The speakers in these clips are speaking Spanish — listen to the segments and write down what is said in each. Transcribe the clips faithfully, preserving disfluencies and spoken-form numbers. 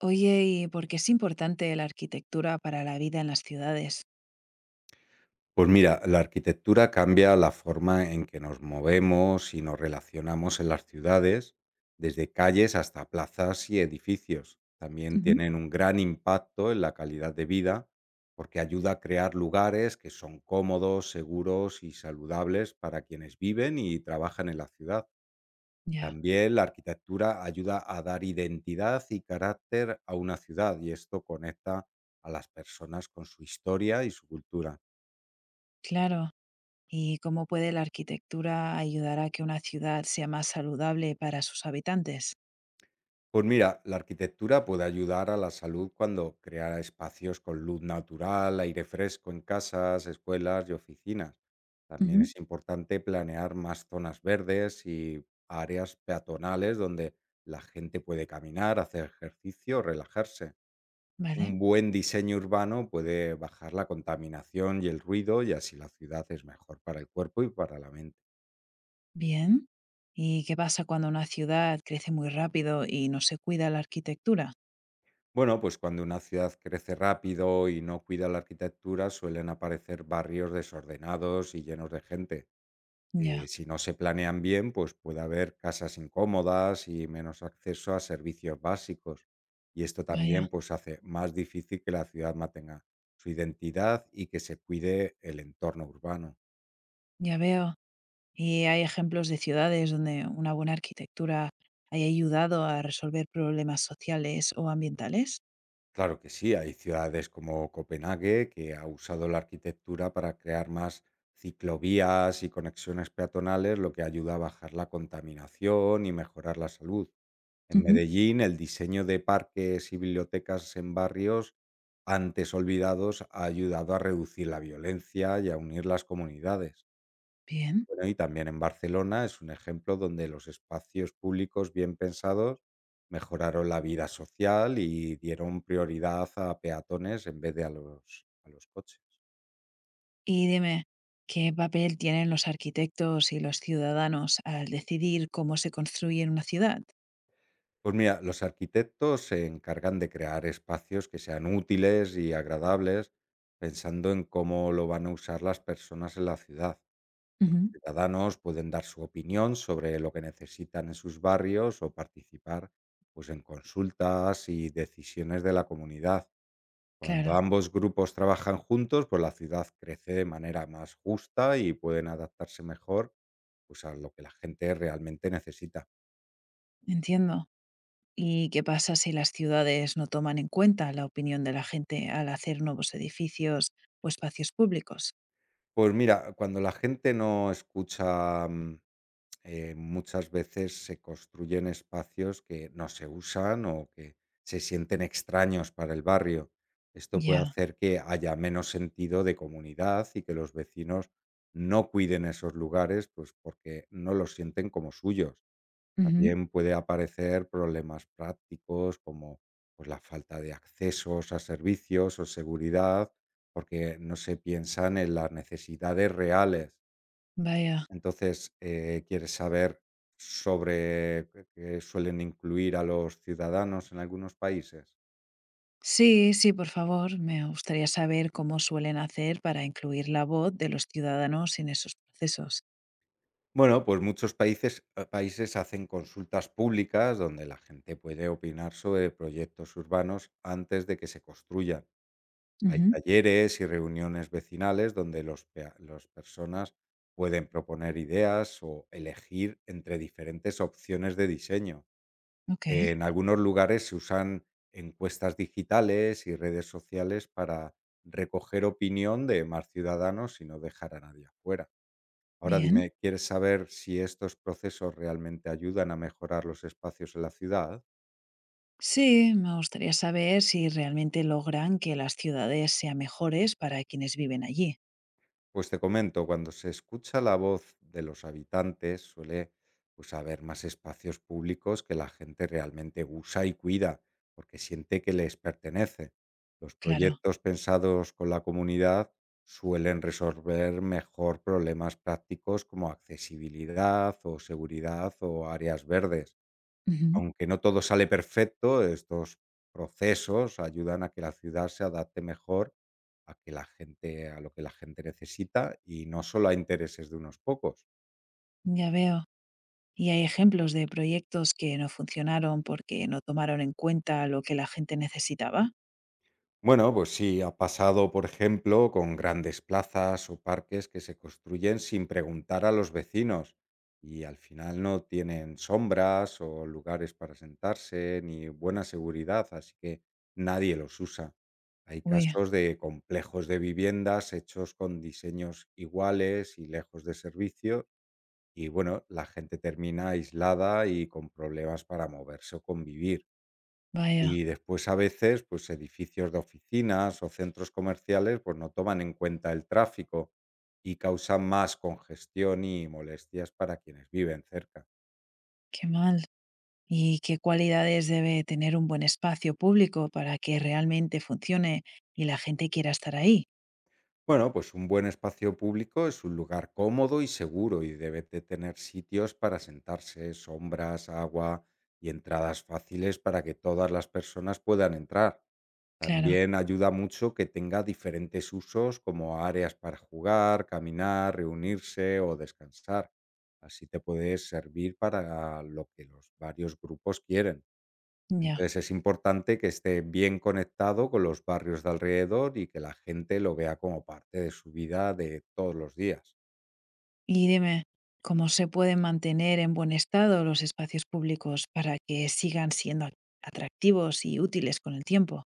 Oye, ¿y por qué es importante la arquitectura para la vida en las ciudades? Pues mira, la arquitectura cambia la forma en que nos movemos y nos relacionamos en las ciudades, desde calles hasta plazas y edificios. También Ujú. tienen un gran impacto en la calidad de vida porque ayuda a crear lugares que son cómodos, seguros y saludables para quienes viven y trabajan en la ciudad. Ya, También la arquitectura ayuda a dar identidad y carácter a una ciudad y esto conecta a las personas con su historia y su cultura. claro. ¿Y cómo puede la arquitectura ayudar a que una ciudad sea más saludable para sus habitantes? Pues mira, la arquitectura puede ayudar a la salud cuando crea espacios con luz natural, aire fresco en casas, escuelas y oficinas. También Ujú. es importante planear más zonas verdes y áreas peatonales donde la gente puede caminar, hacer ejercicio, relajarse. Vale, Un buen diseño urbano puede bajar la contaminación y el ruido y así la ciudad es mejor para el cuerpo y para la mente. bien. ¿Y qué pasa cuando una ciudad crece muy rápido y no se cuida la arquitectura? Bueno, pues cuando una ciudad crece rápido y no cuida la arquitectura, suelen aparecer barrios desordenados y llenos de gente. Ya, Eh, si no se planean bien, pues puede haber casas incómodas y menos acceso a servicios básicos. Y esto vaya, también pues hace más difícil que la ciudad mantenga su identidad y que se cuide el entorno urbano. ya veo. ¿Y hay ejemplos de ciudades donde una buena arquitectura haya ayudado a resolver problemas sociales o ambientales? Claro que sí, hay ciudades como Copenhague que ha usado la arquitectura para crear más ciclovías y conexiones peatonales, lo que ayuda a bajar la contaminación y mejorar la salud. En Ujú. Medellín, el diseño de parques y bibliotecas en barrios antes olvidados ha ayudado a reducir la violencia y a unir las comunidades. Bien. Bueno, y también en Barcelona es un ejemplo donde los espacios públicos bien pensados mejoraron la vida social y dieron prioridad a peatones en vez de a los, a los coches. Y dime, ¿qué papel tienen los arquitectos y los ciudadanos al decidir cómo se construye una ciudad? Pues mira, los arquitectos se encargan de crear espacios que sean útiles y agradables, pensando en cómo lo van a usar las personas en la ciudad. Los Ujú. ciudadanos pueden dar su opinión sobre lo que necesitan en sus barrios o participar, pues, en consultas y decisiones de la comunidad. Cuando Claro, ambos grupos trabajan juntos, pues la ciudad crece de manera más justa y pueden adaptarse mejor, pues, a lo que la gente realmente necesita. entiendo. ¿Y qué pasa si las ciudades no toman en cuenta la opinión de la gente al hacer nuevos edificios o espacios públicos? Pues mira, cuando la gente no escucha, mm, eh, muchas veces se construyen espacios que no se usan o que se sienten extraños para el barrio. Esto puede Ya, hacer que haya menos sentido de comunidad y que los vecinos no cuiden esos lugares, pues porque no los sienten como suyos. ujú, También puede aparecer problemas prácticos como, pues, la falta de accesos a servicios o seguridad, porque no se piensan en las necesidades reales. vaya. Entonces, eh, ¿quieres saber sobre qué qué suelen incluir a los ciudadanos en algunos países? Sí, sí, por favor, me gustaría saber cómo suelen hacer para incluir la voz de los ciudadanos en esos procesos. Bueno, pues muchos países, eh, países hacen consultas públicas donde la gente puede opinar sobre proyectos urbanos antes de que se construyan. Hay Ujú. talleres y reuniones vecinales donde los pea los personas pueden proponer ideas o elegir entre diferentes opciones de diseño. Ok, En algunos lugares se usan encuestas digitales y redes sociales para recoger opinión de más ciudadanos y no dejar a nadie afuera. Ahora bien. dime, ¿quieres saber si estos procesos realmente ayudan a mejorar los espacios en la ciudad? Sí, me gustaría saber si realmente logran que las ciudades sean mejores para quienes viven allí. Pues te comento, cuando se escucha la voz de los habitantes suele, pues, haber más espacios públicos que la gente realmente usa y cuida, porque siente que les pertenece. Los Claro. proyectos pensados con la comunidad suelen resolver mejor problemas prácticos como accesibilidad o seguridad o áreas verdes. Ujú. Aunque no todo sale perfecto, estos procesos ayudan a que la ciudad se adapte mejor a que la gente a lo que la gente necesita y no solo a intereses de unos pocos. Ya veo. ¿Y hay ejemplos de proyectos que no funcionaron porque no tomaron en cuenta lo que la gente necesitaba? Bueno, pues sí, ha pasado, por ejemplo, con grandes plazas o parques que se construyen sin preguntar a los vecinos y al final no tienen sombras o lugares para sentarse ni buena seguridad, así que nadie los usa. Hay Uy, casos de complejos de viviendas hechos con diseños iguales y lejos de servicio y bueno, la gente termina aislada y con problemas para moverse o convivir. vaya, Y después a veces, pues edificios de oficinas o centros comerciales, pues no toman en cuenta el tráfico y causan más congestión y molestias para quienes viven cerca. qué mal. ¿Y qué cualidades debe tener un buen espacio público para que realmente funcione y la gente quiera estar ahí? Bueno, pues un buen espacio público es un lugar cómodo y seguro y debe de tener sitios para sentarse, sombras, agua y entradas fáciles para que todas las personas puedan entrar. Claro, También ayuda mucho que tenga diferentes usos como áreas para jugar, caminar, reunirse o descansar. Así te puede servir para lo que los varios grupos quieren. ya. Entonces es importante que esté bien conectado con los barrios de alrededor y que la gente lo vea como parte de su vida de todos los días. Y dime, ¿cómo se pueden mantener en buen estado los espacios públicos para que sigan siendo atractivos y útiles con el tiempo?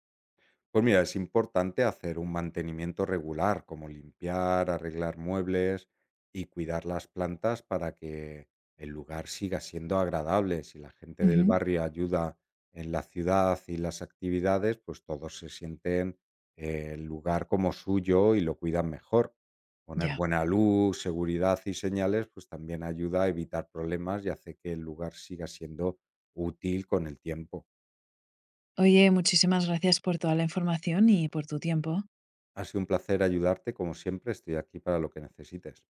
Pues mira, es importante hacer un mantenimiento regular, como limpiar, arreglar muebles y cuidar las plantas para que el lugar siga siendo agradable. Si la gente del Ujú, barrio ayuda en la ciudad y las actividades, pues todos se sienten eh, el lugar como suyo y lo cuidan mejor. Poner ya. buena luz, seguridad y señales, pues también ayuda a evitar problemas y hace que el lugar siga siendo útil con el tiempo. Oye, muchísimas gracias por toda la información y por tu tiempo. Ha sido un placer ayudarte, como siempre, estoy aquí para lo que necesites.